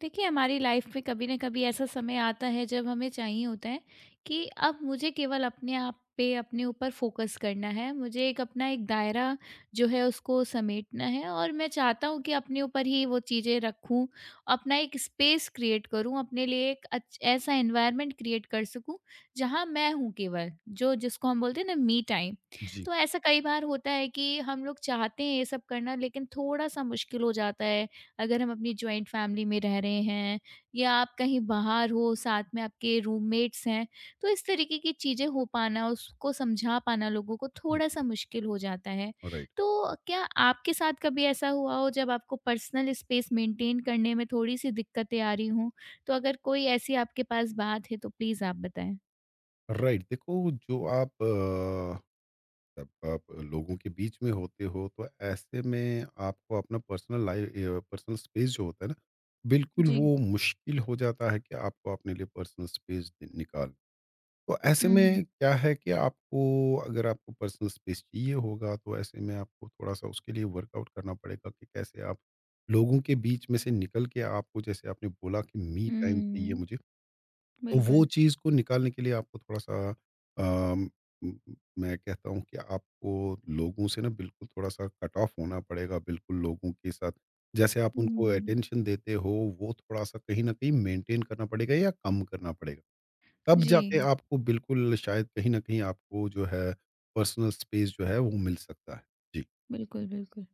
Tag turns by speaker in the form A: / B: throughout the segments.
A: देखिए हमारी लाइफ में कभी ना कभी ऐसा समय आता है जब हमें चाहिए होता है कि अब मुझे केवल अपने आप पे अपने ऊपर फोकस करना है। मुझे एक अपना एक दायरा जो है उसको समेटना है और मैं चाहता हूँ कि अपने ऊपर ही वो चीज़ें रखूँ, अपना एक स्पेस क्रिएट करूँ, अपने लिए एक ऐसा एनवायरनमेंट क्रिएट कर सकूँ जहाँ मैं हूँ केवल, जो जिसको हम बोलते हैं ना मी टाइम।
B: जी।
A: तो ऐसा कई बार होता है कि हम लोग चाहते हैं ये सब करना, लेकिन थोड़ा सा मुश्किल हो जाता है अगर हम अपनी जॉइंट फैमिली में रह रहे हैं या आप कहीं बाहर हो, साथ में आपके रूममेट्स हैं। तो इस तरीके की चीज़ें हो पाना, उसको समझा पाना लोगों को थोड़ा सा मुश्किल हो जाता है।
B: राइट,
A: तो क्या आपके साथ कभी ऐसा हुआ हो जब आपको पर्सनल स्पेस मेंटेन करने में थोड़ी सी दिक्कतें आ रही हों? तो अगर कोई ऐसी आपके पास बात है तो प्लीज़ आप बताएं।
B: राइट। देखो जो आप जब आप लोगों के बीच में होते हो तो ऐसे में आपको अपना पर्सनल स्पेस जो होता है ना, बिल्कुल
A: जी।
B: वो मुश्किल हो जाता है कि आपको अपने लिए पर्सनल स्पेस नि निकाल। तो ऐसे
A: हम्म। हम्म।
B: में क्या है कि आपको अगर आपको पर्सनल स्पेस चाहिए होगा तो ऐसे में आपको थोड़ा-सा उसके लिए वर्कआउट करना पड़ेगा कि कैसे आप लोगों के बीच में से निकल के आपको जैसे आपने बोला कि मी टाइम चाहिए
A: हम्म।
B: मुझे। तो वो
A: बिल्कुल।
B: चीज़ को निकालने के लिए आपको थोड़ा-सा अम, उम, मैं कहता हूँ कि आपको लोगों से ना बिल्कुल थोड़ा-सा कट ऑफ होना पड़ेगा, बिल्कुल लोगों के साथ। जैसे आप उनको
A: हम्म।
B: अटेंशन देते हो, वो थोड़ा-सा कहीं न कहीं मेंटेन करना पड़ेगा या कम करना पड़ेगा। तब जाके
A: जी।
B: आपको बिल्कुल शायद कहीं न कहीं आपको जो है पर्सनल स्पेस जो है वो मिल सकता है। जी,
A: बिल्कुल, बिल्कुल।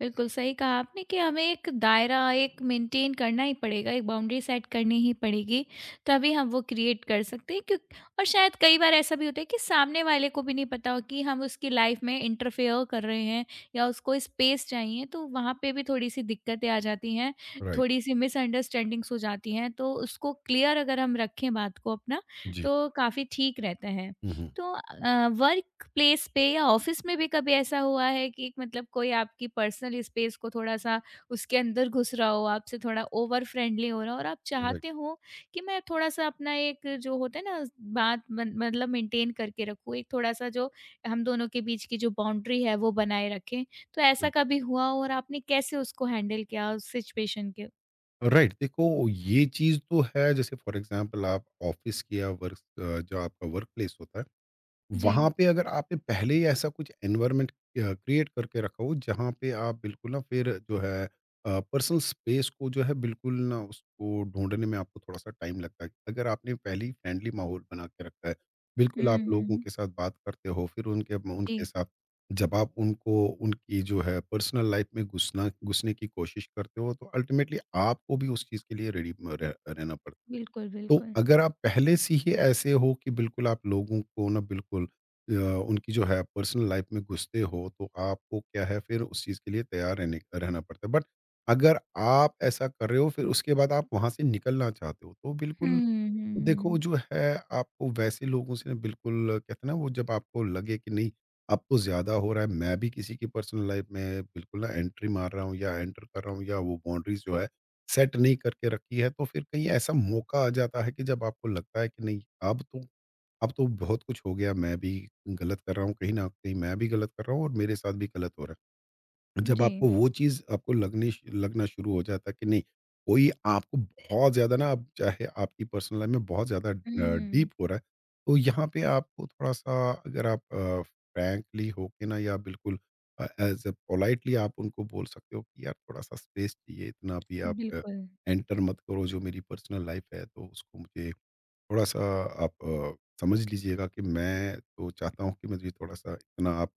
A: बिल्कुल, सही कहा आपने कि हमें एक दायरा एक मेंटेन करना ही पड़ेगा, एक बाउंड्री सेट करनी ही पड़ेगी, तभी हम वो क्रिएट कर सकते हैं, क्यों। और शायद कई बार ऐसा भी होता है कि सामने वाले को भी नहीं पता हो कि हम उसकी लाइफ़ में इंटरफेयर कर रहे हैं या उसको स्पेस चाहिए, तो वहाँ पे भी थोड़ी-सी दिक्कतें आ जाती हैं,
B: राइट।
A: थोड़ी-सी मिसअंडरस्टैंडिंग्स हो जाती हैं। तो उसको क्लियर अगर हम रखें बात को अपना,
B: जी।
A: तो काफ़ी ठीक रहता है।
B: हुँ, हुँ।
A: तो वर्क प्लेस पे या ऑफिस में भी कभी ऐसा हुआ है कि मतलब कोई आपकी पर्सनल स्पेस को थोड़ा-सा उसके अंदर घुस रहा हो, आपसे थोड़ा ओवर फ्रेंडली हो रहा हो और आप
B: राइट।
A: चाहते हो कि मैं थोड़ा-सा अपना एक जो होता है ना बात मन मतलब मेंटेन करके रखूँ, एक थोड़ा-सा जो हम दोनों के बीच की जो बाउंड्री है, वो बनाए रखें। तो ऐसा कभी हुआ हो और आपने कैसे उसको हैंडल किया उस सिचुएशन के?
B: राइट, देखो ये चीज़ तो है जैसे फॉर एग्जांपल आप ऑफिस की या जो आपका वर्क प्लेस होता है
A: जी।
B: वहाँ पे अगर आपने पहले ही ऐसा कुछ एनवायरनमेंट क्रिएट करके रखा हो जहाँ पे आप बिल्कुल ना फिर जो है पर्सनल स्पेस को जो है बिल्कुल ना उसको ढूंढने में आपको थोड़ा सा टाइम लगता है। अगर आपने पहले ही फ्रेंडली माहौल बना के रखा है, बिल्कुल आप
A: हुँ,
B: लोगों
A: हुँ।
B: के साथ बात करते हो फिर उनके उनके
A: जी,
B: साथ जब आप उनको उनकी जो है पर्सनल लाइफ में घुसना घुसने की कोशिश करते हो तो अल्टीमेटली आपको भी उस चीज़ के लिए रेडी रहना पड़ता है।
A: बिल्कुल,
B: तो
A: बिल्कुल।
B: अगर आप पहले से ही ऐसे हो कि बिल्कुल आप लोगों को ना बिल्कुल अ, उनकी जो है पर्सनल लाइफ में घुसते हो तो आपको क्या है फिर उस चीज़ के लिए तैयार रहने रहना पड़ता है। बट अगर आप ऐसा कर रहे हो फिर उसके बाद आप वहाँ से निकलना चाहते हो तो
A: हुँ,
B: बिल्कुल
A: हुँ, हुँ,
B: देखो
A: हुँ।
B: जो है आपको वैसे लोगों से ना बिल्कुल कहते हैं ना वो जब आपको लगे कि नहीं अब तो ज्यादा हो रहा है, मैं भी किसी की पर्सनल लाइफ में बिल्कुल ना एंट्री मार रहा हूँ या एंटर कर रहा हूँ या वो बाउंड्रीज जो है सेट नहीं करके रखी है। तो फिर कहीं ऐसा मौका आ जाता है कि जब आपको लगता है कि नहीं, अब तो अब तो बहुत कुछ हो गया, मैं भी गलत कर रहा हूँ, कहीं ना कहीं मैं भी गलत कर रहा हूँ और मेरे साथ भी गलत हो रहा है। जब
A: जी।
B: आपको वो चीज़ आपको लगने श लगना शुरू हो जाता है कि नहीं, कोई आपको बहुत ज़्यादा ना, अब चाहे आपकी पर्सनल लाइफ़ में बहुत ज़्यादा
A: हुँ।
B: डीप हो रहा है, तो यहाँ पे आपको थोड़ा-सा, अगर आप फ्रैंकली होके ना या बिल्कुल एज़ अ पोलाइटली आप उनको बोल सकते हो कि यार थोड़ा-सा स्पेस चाहिए, इतना भी आप
A: बिल्कुल।
B: एंटर मत करो जो मेरी पर्सनल लाइफ़ है, तो उसको मुझे थोड़ा-सा आप समझ लीजिएगा कि मैं तो चाहता हूँ कि मुझे थोड़ा-सा इतना आप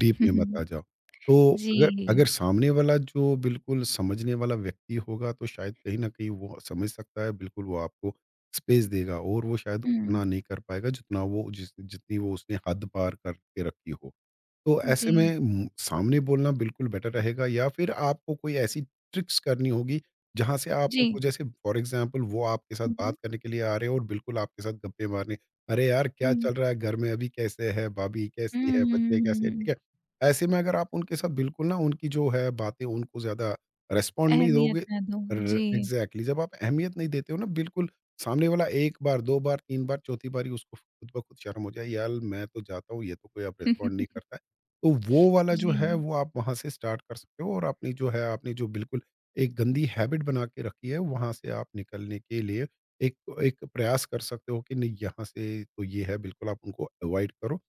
B: डीप में मत आ जाओ। तो
A: जी।
B: अगर अगर सामने वाला जो बिल्कुल समझने वाला व्यक्ति होगा तो शायद कहीं न कहीं वो समझ सकता है, बिल्कुल वो आपको स्पेस देगा और वो शायद
A: हुँ।
B: उतना नहीं कर पाएगा जितना वो जिस जितनी वो उसने हद पार करके रखी हो। तो ऐसे
A: जी,
B: में सामने बोलना बिल्कुल बेटर रहेगा या फिर आपको कोई ऐसी ट्रिक्स करनी होगी, जहाँ से आप
A: जी।
B: उनको जैसे फॉर एग्ज़ाम्पल वो आपके साथ
A: हुँ,
B: बात
A: हुँ।
B: करने के लिए आ रहे हो और बिल्कुल आपके साथ गप्पे मारने, "अरे यार! क्या
A: हुँ।
B: चल रहा है घर में? अभी कैसे है? भाभी
A: हुँ,
B: कैसी है?
A: हुँ, हुँ,
B: बच्चे
A: हुँ,
B: कैसे हैं?"
A: हुँ।
B: ठीक
A: हुँ,
B: है? ऐसे में अगर आप उनके साथ बिल्कुल ना उनकी जो है बातें उनको ज़्यादा रिस्पॉन्ड नहीं
A: अहमियत
B: दोगे,
A: ना दो।
B: र
A: जी।
B: एग्ज़ैक्टली जब आप अहमियत नहीं देते हो ना बिल्कुल, सामने वाला 1 बार, 2 बार, 3 बार, चौथी बारी उसको खुद ब खुद शर्म हो जाए, "यार मैं तो जाता हूँ, ये तो कोई अब रिस्पॉन्ड नहीं करता है।" तो वो वाला जो
A: जी।
B: है वो आप वहाँ से स्टार्ट कर सकते हो और अपनी जो है आपने जो बिल्कुल एक गंदी हैबिट बना के रखी है वहाँ से आप निकलने के लिए एक एक प्रयास कर सकते हो कि नहीं यहाँ से तो ये है बिल्कुल आप उनको अवॉइड करो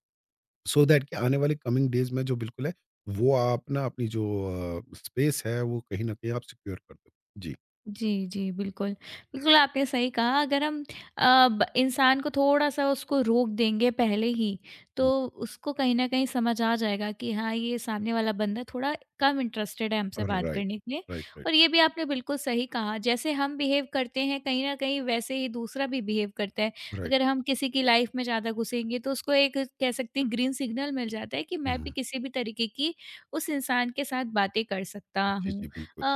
B: सो दैट कि आने वाले कमिंग डेज में जो बिल्कुल है वो आप ना अपनी जो स्पेस है वो कहीं ना कहीं आप सिक्योर कर दो। जी।
A: जी, जी, बिल्कुल। बिल्कुल, आपने सही कहा, अगर हम अ, ब इंसान को थोड़ा-सा उसको रोक देंगे पहले ही,
B: हम्म,
A: तो उसको कहीं न कहीं समझ आ जाएगा कि हाँ, ये सामने वाला बंदा थोड़ा कम इंटरेस्टेड है हमसे
B: राइट,
A: बात
B: राइट,
A: करने के लिए।
B: राइट,
A: और ये भी आपने बिल्कुल सही कहा, जैसे हम बिहेव करते हैं कहीं न कहीं वैसे ही दूसरा भी बिहेव करता है।
B: राइट।
A: अगर हम किसी की लाइफ़ में ज़्यादा घुसेंगे तो उसको एक कह सकते हैं ग्रीन सिग्नल मिल जाता है कि मैं भी किसी भी तरीके की उस इंसान के साथ बातें कर सकता
B: जी,
A: हूँ।
B: जी, बिल्कुल।
A: अ,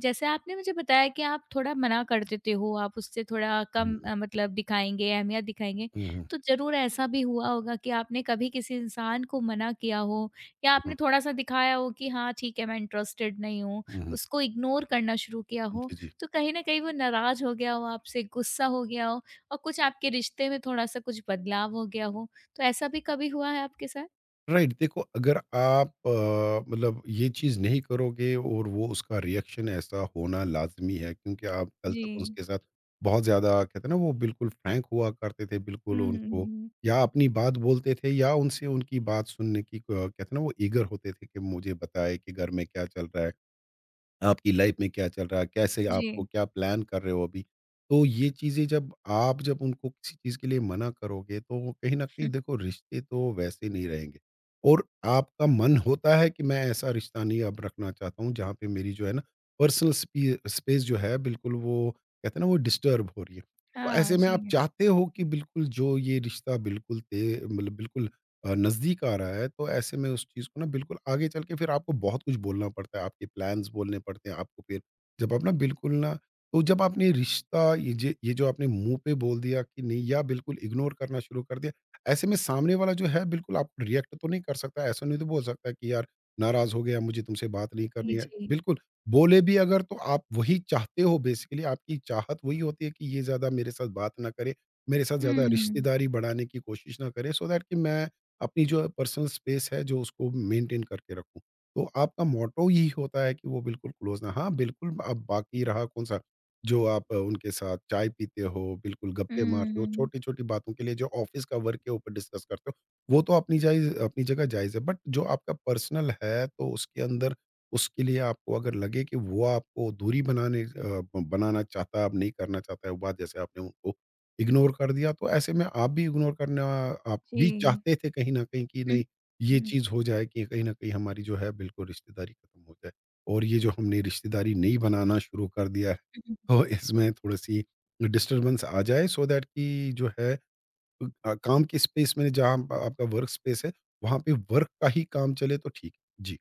A: जैसे आपने मुझे बताया कि आप थोड़ा मना कर देते हो, आप उससे थोड़ा कम
B: हम्म,
A: मतलब दिखाएँगे, अहमियत दिखाएँगे।
B: हम्म,
A: तो ज़रूर ऐसा भी हुआ होगा कि आपने कभी किसी इंसान को मना किया हो या
B: हम्म,
A: आपने थोड़ा-सा दिखाया हो कि हाँ, ठीक है, मैं इंटरेस्टेड नहीं हूँ,
B: हम्म,
A: उसको इग्नोर करना शुरू किया हो,
B: जी, जी।
A: तो कहीं न कहीं वो नाराज़ हो गया हो आपसे, गुस्सा हो गया हो और कुछ आपके रिश्ते में थोड़ा-सा कुछ बदलाव हो गया हो। तो ऐसा भी कभी हुआ है आपके साथ?
B: राइट, देखो अगर आप मतलब ये चीज़ नहीं करोगे और वो उसका रिएक्शन ऐसा होना लाज़मी है क्योंकि आप कल
A: जी।
B: तक उसके साथ बहुत ज़्यादा कहते हैं ना वो बिल्कुल फ्रैंक हुआ करते थे,
A: हुँ,
B: बिल्कुल
A: हुँ, हुँ,
B: उनको
A: हुँ।
B: या अपनी बात बोलते थे या उनसे उनकी बात सुनने की कहते हैं ना वो ईगर होते थे कि मुझे बताए कि घर में क्या चल रहा है, आपकी लाइफ में क्या चल रहा है? कैसे आपको
A: जी।
B: क्या प्लान कर रहे हो अभी? तो ये चीज़ें जब उनको किसी चीज़ के लिए मना करोगे, तो वो कहीं न कहीं देखो रिश्ते तो वैसे नहीं रहेंगे और आपका मन होता है कि मैं ऐसा रिश्ता नहीं अब रखना चाहता हूँ, जहाँ पे मेरी जो है ना पर्सनल स्पे स्पेस जो है बिल्कुल वो कहते हैं ना वो डिस्टर्ब हो रही है। तो
A: हाँ,
B: ऐसे में आप
A: जी।
B: चाहते हो कि बिल्कुल जो ये रिश्ता बिल्कुल ते मतलब बिल्कुल नज़दीक आ रहा है, तो ऐसे में उस चीज़ को ना बिल्कुल आगे चल के फिर आपको बहुत कुछ बोलना पड़ता है, आपके प्लान्स बोलने पड़ते हैं आपको फिर। जब आप ना बिल्कुल ना तो जब आपने रिश्ता ये जो आपने मुँह पे बोल दिया कि नहीं या बिल्कुल इग्नोर करना शुरू कर दिया, ऐसे में सामने वाला जो है बिल्कुल आपको रिएक्ट तो नहीं कर सकता, ऐसा नहीं तो बोल सकता कि यार नाराज़ हो गया, मुझे तुमसे बात नहीं
A: जी,
B: करनी है।
A: जी।
B: बिल्कुल, बोले भी अगर तो आप वही चाहते हो, बेसिकली आपकी चाहत वही होती है कि ये ज़्यादा मेरे साथ बात ना करे, मेरे साथ
A: हम
B: ज़्यादा
A: फमир
B: रिश्तेदारी बढ़ाने की कोशिश ना करे सो दैट कि मैं अपनी जो है पर्सनल स्पेस है जो उसको मेंटेन करके रखूँ। तो आपका मोट्टो यही होता है कि वो बिल्कुल क्लोज़ ना। हाँ, बिल्कुल अब बाकी रहा कौन-सा जो आप उनके साथ चाय पीते हो, बिल्कुल गप्पे मारते हो,
A: हम
B: छोटी-छोटी बातों के लिए जो ऑफ़िस का वर्क के ऊपर डिस्कस करते हो, वो तो अपनी जायज़ अपनी जगह जायज़ है। बट जो आपका पर्सनल है तो उसके अंदर उसके लिए आपको अगर लगे कि वो आपको दूरी बनाने अ, ब बनाना चाहता है, आप नहीं करना चाहता है वो बात, जैसे आपने उनको इग्नोर कर दिया तो ऐसे में आप भी इग्नोर करना आप
A: शी
B: भी
A: हूख
B: चाहते थे कहीं न कहीं कि
A: करिंग
B: नहीं
A: कर करिंग हम एक राथ 400 और हम
B: ये
A: रहल हम यह रखकRun कर प Просто कर desirable meille क्युक्स ऑशला एक रषा दो कि अई हुदय है कि अ पो झान महीं जब
B: चीज़ हो जाए कि कहीं न कहीं हमारी जो है बिल्कुल रिश्तेदारी खत्म हो जाए। और ये जो हमने रिश्तेदारी नई बनाना शुरू कर दिया है,
A: खर दाले उदी है।
B: तो इसमें थोड़ी-सी डिस्टर्बेंस आ जाए सो दैट कि जो है काम की स्पेस में जहाँ आपका वर्क स्पेस है, वहाँ पे वर्क का ही काम चले तो ठीक है। जी,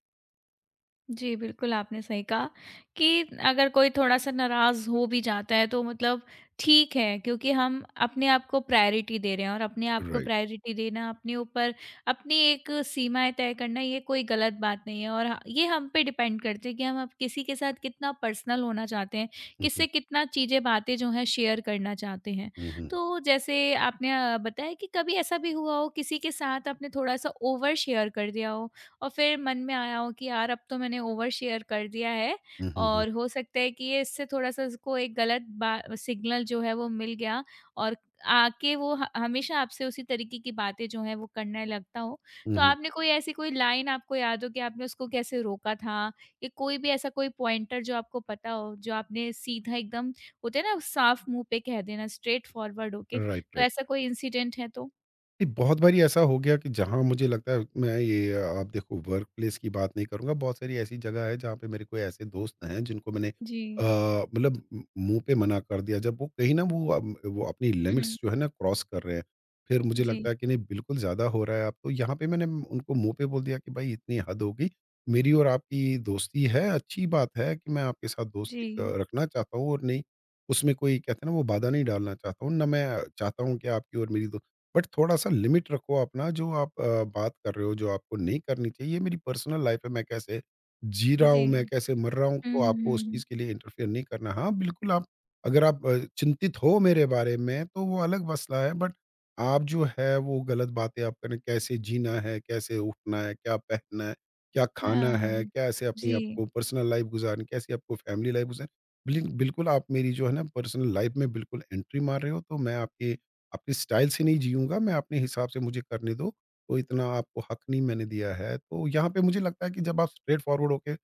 A: जी, बिल्कुल आपने सही कहा कि अगर कोई थोड़ा-सा नाराज़ हो भी जाता है तो मतलब ठीक है, क्योंकि हम अपने आप को प्रायोरिटी दे रहे हैं, और अपने आप को
B: राइट।
A: प्रायोरिटी देना, अपने ऊपर अपनी एक सीमाएँ तय करना ये कोई गलत बात नहीं है, और ये हम पे डिपेंड करते हैं कि हम अब किसी के साथ कितना पर्सनल होना चाहते हैं,
B: हुँ, हुँ।
A: किससे कितना चीज़ें बातें जो हैं शेयर करना चाहते हैं।
B: हुँ, हुँ।
A: तो जैसे आपने बताया कि कभी ऐसा भी हुआ हो किसी के साथ आपने थोड़ा-सा ओवर शेयर कर दिया हो और फिर मन में आया हो कि यार अब तो मैंने ओवर शेयर कर दिया है
B: हुँ, हुँ, हुँ।
A: और हो सकता है कि ये इससे थोड़ा-सा इसको एक गलत बा सिग्नल जो है वो मिल गया और आके वो ह हमेशा आपसे उसी तरीके की बातें जो हैं वो करने लगता हो।
B: हुँ,
A: तो
B: हुँ।
A: आपने कोई ऐसी कोई लाइन आपको याद हो कि आपने उसको कैसे रोका था? या कोई भी ऐसा कोई पॉइंटर जो आपको पता हो, जो आपने सीधा एकदम होता है ना साफ मुँह पे कह देना स्ट्रेट फॉरवर्ड होके,
B: राइट,
A: तो
B: राइट।
A: ऐसा कोई इंसिडेंट है तो?
B: नहीं, बहुत बारी ऐसा हो गया कि जहाँ मुझे लगता है मैं ये आप देखो वर्क प्लेस की बात नहीं करूँगा। बहुत सारी ऐसी जगह है जहाँ पे मेरे कोई ऐसे दोस्त हैं जिनको मैंने
A: जी।
B: मतलब मुँह पे मना कर दिया जब वो कहीं ना वो वो अपनी
A: हुँ, हुँ।
B: लिमिट्स जो है ना क्रॉस कर रहे हैं। फिर मुझे
A: जी,
B: लगता है कि नहीं बिल्कुल ज़्यादा हो रहा है अब तो, यहाँ पे मैंने उनको मुँह पे बोल दिया कि भाई इतनी हद होगी, मेरी और आपकी दोस्ती है अच्छी बात है कि मैं आपके साथ
A: जी,
B: रखना चाहता हूँ और नहीं उसमें कोई कहते हैं ना वो बाधा नहीं डालना चाहता हूँ ना मैं चाहता हूँ कि आपकी और मेरी, बट थोड़ा-सा लिमिट रखो अपना जो आप बात कर रहे हो, जो आपको नहीं करनी चाहिए। ये मेरी पर्सनल लाइफ है, मैं कैसे जी रहा
A: जी।
B: हूँ, मैं कैसे मर रहा हूँ,
A: हुँ,
B: तो
A: हुँ,
B: आपको उस
A: हुँ,
B: चीज़ के लिए इंटरफेयर नहीं करना। हाँ, बिल्कुल आप अगर आप चिंतित हो मेरे बारे में, तो वो अलग मसला है, बट आप जो है वो गलत बातें आप करें, कैसे जीना है, कैसे उठना है, क्या पहनना है, क्या खाना है,
A: हाँ।
B: कैसे अपनी
A: जी।
B: आपको पर्सनल लाइफ गुज़ारनी, कैसे आपको फैमिली लाइफ गुज़ारनी। बिल्कुल आप मेरी जो है ना पर्सनल लाइफ में बिल्कुल एंट्री मार रहे हो, तो मैं आपके अपने स्टाइल से नहीं जीऊँगा, मैं अपने हिसाब से मुझे करने दो, तो इतना आपको हक नहीं मैंने दिया है। तो यहाँ पे मुझे लगता है कि जब आप स्ट्रेट फॉरवर्ड होके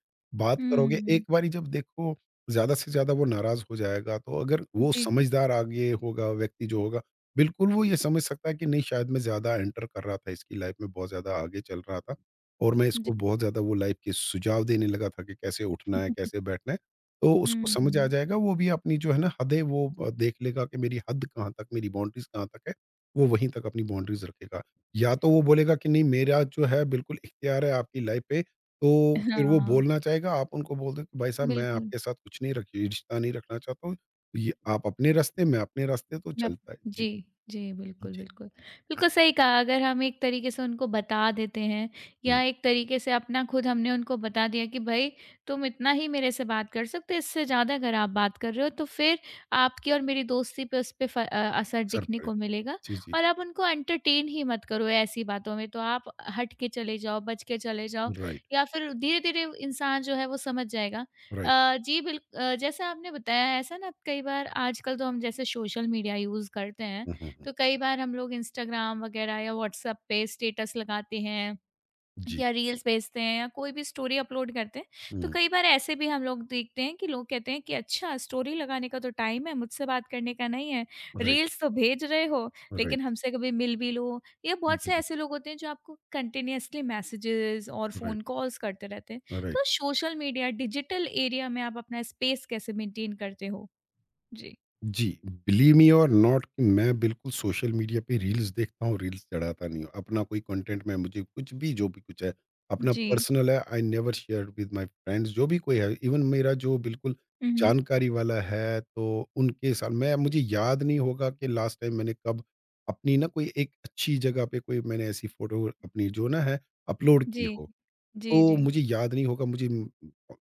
B: बात करोगे, एक
A: हुँ,
B: बारी जब देखो ज़्यादा से ज़्यादा वो नाराज़ हो जाएगा। तो अगर वो
A: जी,
B: समझदार आगे होगा, व्यक्ति जो होगा, बिल्कुल वो ये समझ सकता है कि नहीं शायद मैं ज़्यादा एंटर कर रहा था इसकी लाइफ़ में, बहुत ज़्यादा आगे चल रहा था और मैं
A: जी।
B: इसको बहुत ज़्यादा वो लाइफ़ के सुझाव देने लगा था कि कैसे उठना है, कैसे बैठना है। तो उसको समझ आ
A: हुँ,
B: जाएगा, वो भी अपनी जो है ना हद है वो देख लेगा कि मेरी हद कहाँ तक, मेरी बाउंड्रीज़ कहाँ तक है, वो वहीं तक अपनी बाउंड्रीज़ रखेगा। या तो वो बोलेगा कि नहीं मेरा जो है बिल्कुल इख्तियार है आपकी लाइफ़ पे, तो फिर वो
A: हाँ,
B: बोलना चाहेगा, आप उनको बोल दो कि भाई साहब मैं
A: बिल्कुल।
B: आपके साथ कुछ नहीं रखी रिश्ता नहीं रखना चाहता हूँ, ये आप अपने रास्ते, मैं अपने रास्ते तो
A: नप।
B: चलता है। जी।
A: जी, जी, बिल्कुल,
B: जी।
A: बिल्कुल। बिल्कुल सही कहा, अगर हम एक तरीके से उनको बता देते हैं या
B: हुँ,
A: एक तरीके से अपना खुद हमने उनको बता दिया कि भई तुम इतना ही मेरे से बात कर सकते हो, इससे ज़्यादा अगर आप बात कर रहे हो तो फिर आपकी और मेरी दोस्ती पे, उस पे असर
B: असर
A: दिखने
B: पड़े।
A: को मिलेगा।
B: जी, जी।
A: और आप उनको एंटरटेन ही मत करो ऐसी बातों में, तो आप हट के चले जाओ, बच के चले जाओ,
B: राइट,
A: या फिर धीरे-धीरे इंसान जो है वो समझ जाएगा।
B: राइट।
A: जैसा आपने बताया है, ऐसा ना कई बार आजकल तो हम जैसे सोशल मीडिया यूज़ करते हैं,
B: हुँ, हुँ, हुँ।
A: तो कई बार हम लोग इंस्टाग्राम वगैरह या व्हाट्सएप पे स्टेटस लगाते हैं
B: जी।
A: या रील्स भेजते हैं या कोई भी स्टोरी अपलोड करते हैं, तो
B: हुँ,
A: कई बार ऐसे भी हम लोग देखते हैं कि लोग कहते हैं कि अच्छा स्टोरी लगाने का तो टाइम है, मुझसे बात करने का नहीं है।
B: राइट,
A: रील्स तो भेज रहे हो, लेकिन
B: राइट।
A: हमसे कभी मिल भी लो। या बहुत
B: जी,
A: से
B: जी।
A: ऐसे लोग होते हैं जो आपको कंटिन्यूअसली मैसेजेस और
B: राइट,
A: फ़ोन कॉल्स करते रहते हैं।
B: राइट।
A: तो सोशल मीडिया डिजिटल एरिया में आप अपना स्पेस कैसे मेंटेन करते हो? जी।
B: जी, बिलीव मी और नॉट कि मैं बिल्कुल सोशल मीडिया पे रील्स देखता हूँ, रील्स चढ़ाता नहीं हूँ। अपना कोई कंटेंट मैं मुझे कुछ भी जो भी कुछ है, अपना
A: जी।
B: पर्सनल है, I never share with my friends जो भी कोई है, इवन मेरा जो बिल्कुल
A: हुँ, हुँ।
B: जानकारी वाला है, तो उनके साथ मैं मुझे याद नहीं होगा कि लास्ट टाइम मैंने कब अपनी ना कोई एक अच्छी जगह पे कोई मैंने ऐसी फ़ोटो अपनी जो ना है, अपलोड की
A: जी।
B: हो।
A: जी,
B: तो
A: जी।
B: मुझे याद नहीं होगा मुझे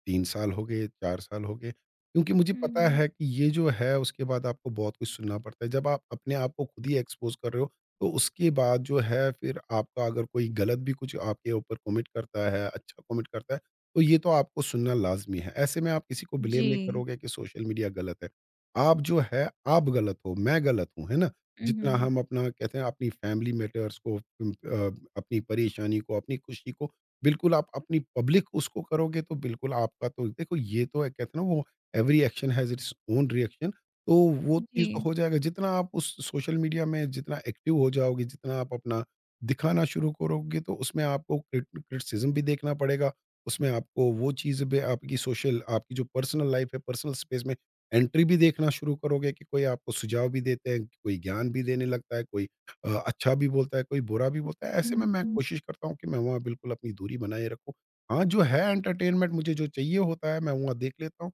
B: 3 साल हो गए, 4 साल हो गए, क्योंकि मुझे पता
A: हुँ।
B: है कि ये जो है उसके बाद आपको बहुत कुछ सुनना पड़ता है। जब आप अपने आप को खुद ही एक्सपोज़ कर रहे हो, तो उसके बाद जो है फिर आपका अगर कोई गलत भी कुछ आपके ऊपर कमेंट करता है, अच्छा कमेंट करता है, तो ये तो आपको सुनना लाज़मी है। ऐसे में आप किसी को ब्लेम
A: जी।
B: नहीं करोगे कि सोशल मीडिया गलत है। आप जो है, आप गलत हो, मैं गलत हूँ, है ना?
A: हुँ, हुँ,
B: जितना
A: हुँ।
B: हम अपना कहते हैं अपनी फैमिली मैटर्स को अपनी परेशानी को, अपनी खुशी को बिल्कुल, आप अपनी पब्लिक उसको करोगे तो बिल्कुल आपका तो देखो ये तो है कहते हैं ना वो every action has its own reaction तो वो चीज़ तो
A: जी।
B: हो जाएगा। जितना आप उस सोशल मीडिया में जितना एक्टिव हो जाओगे, जितना आप अपना दिखाना शुरू करोगे तो उसमें आपको क्रिटिसिज़्म भी देखना पड़ेगा। उसमें आपको वो चीज़ भी आपकी सोशल आपकी जो पर्सनल लाइफ़ है, पर्सनल स्पेस में एंट्री भी देखना शुरू करोगे कि कोई आपको सुझाव भी देते हैं, कोई ज्ञान भी देने लगता है, कोई अच्छा भी बोलता है, कोई बुरा भी बोलता है। ऐसे
A: हुँ,
B: में मैं
A: हुँ।
B: कोशिश करता हूँ कि मैं वहाँ बिल्कुल अपनी दूरी बनाए रखूँ। हाँ, जो है एंटरटेनमेंट मुझे जो चाहिए होता है, मैं वहाँ देख लेता हूँ।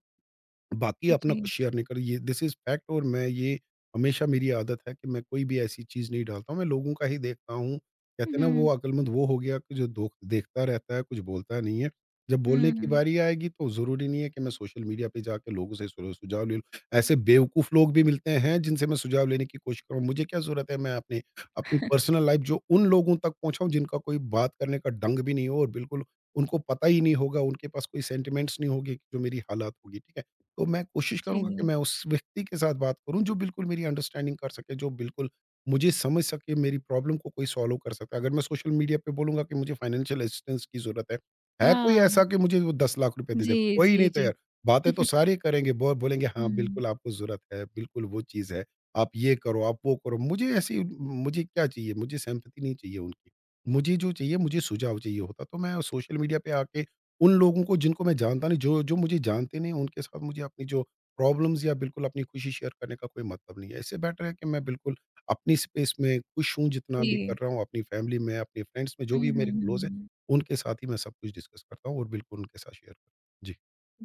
B: बाकी अपना कुछ
A: जी।
B: शेयर नहीं कर ये दिस इज़ फैक्ट और मैं ये हमेशा मेरी आदत है कि मैं कोई भी ऐसी चीज़ नहीं डालता हूँ, मैं लोगों का ही देखता हूँ।
A: हुँ,
B: कहते हैं ना वो
A: हुँ।
B: अक्लमंद वो हो गया कि जो दो देखता रहता है, कुछ बोलता नहीं है। जब बोलने की
A: हुँ।
B: बारी आएगी तो ज़रूरी नहीं है कि मैं सोशल मीडिया पे जाके लोगों से सुल सुझाव ले लूँ। ऐसे बेवकूफ़ लोग भी मिलते हैं जिनसे मैं सुझाव लेने की कोशिश करूँ। मुझे क्या ज़रूरत है मैं अपने अपनी पर्सनल लाइफ़ जो उन लोगों तक पहुँचाऊँ जिनका कोई बात करने का ढंग भी नहीं हो और बिल्कुल उनको पता ही नहीं होगा, उनके पास कोई सेंटिमेंट्स नहीं होगी जो मेरी हालात होगी, ठीक है? तो मैं कोशिश करूँगा कि
A: जी।
B: मैं उस व्यक्ति के साथ बात करूँ जो बिल्कुल मेरी अंडरस्टैंडिंग कर सके, जो बिल्कुल मुझे समझ सके, मेरी प्रॉब्लम को कोई सॉल्व कर सकता है। अगर मैं सोशल मीडिया पे बोलूँगा कि मुझे फाइनेंशियल असिस्टेंस की ज़रूरत है कोई ऐसा
A: हाँ,
B: कि मुझे वो 10 लाख रुपए दे दे?
A: जी,
B: कोई नहीं
A: जी, जी।
B: तैयार। बातें तो
A: हुँ।
B: सारे करेंगे, बो बोलेंगे हाँ,
A: हुँ,
B: बिल्कुल आपको ज़रूरत है, बिल्कुल वो चीज़ है, आप ये करो, आप वो करो। मुझे ऐसी मुझे क्या चाहिए? मुझे सिम्पैथी नहीं चाहिए उनकी। मुझे जो चाहिए मुझे सुझाव चाहिए होता। तो मैं सोशल मीडिया पे आके उन लोगों को जिनको मैं जानता नहीं जो जो मुझे जानते नहीं उनके साथ मुझे अपनी जो प्रॉब्लम्स या बिल्कुल अपनी खुशी शेयर करने का कोई मतलब नहीं है। इससे बेटर है कि मैं बिल्कुल अपनी स्पेस में खुश हूँ जितना भी कर
A: जी।
B: रहा हूँ अपनी फैमिली में, अपने फ्रेंड्स में जो
A: हुँ,
B: भी
A: हुँ,
B: मेरे
A: हुँ,
B: क्लोज़ है,
A: हुँ।
B: उनके साथ ही मैं सब कुछ डिस्कस करता हूँ और बिल्कुल उनके साथ शेयर करता हूँ। जी,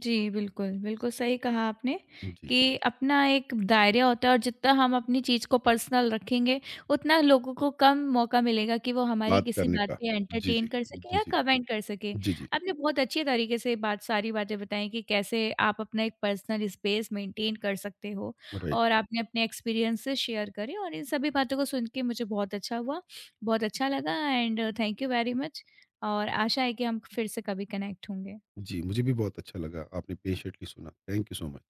A: जी, बिल्कुल, बिल्कुल सही कहा आपने
B: जी,
A: कि अपना एक दायरा होता है और जितना हम अपनी चीज़ को पर्सनल रखेंगे, उतना लोगों को कम मौका मिलेगा कि वो हमारी
B: बात
A: किसी
B: करने
A: बात
B: का
A: पे
B: जी,
A: एंटरटेन
B: जी,
A: कर सकें
B: जी,
A: या
B: जी,
A: कमेंट कर सकें।
B: जी, जी,
A: आपने बहुत अच्छे तरीके से बात सारी बातें बताई कि कैसे आप अपना एक पर्सनल स्पेस मेंटेन कर सकते हो
B: राइट
A: और आपने अपने एक्सपीरियंसेस शेयर करे और इन सभी बातों को सुन के मुझे बहुत अच्छा हुआ, बहुत अच्छा लगा, and thank you very much, और आशा है कि हम फिर से कभी कनेक्ट होंगे।
B: जी, मुझे भी बहुत अच्छा लगा। आपने पेशेंटली सुना। Thank you so much.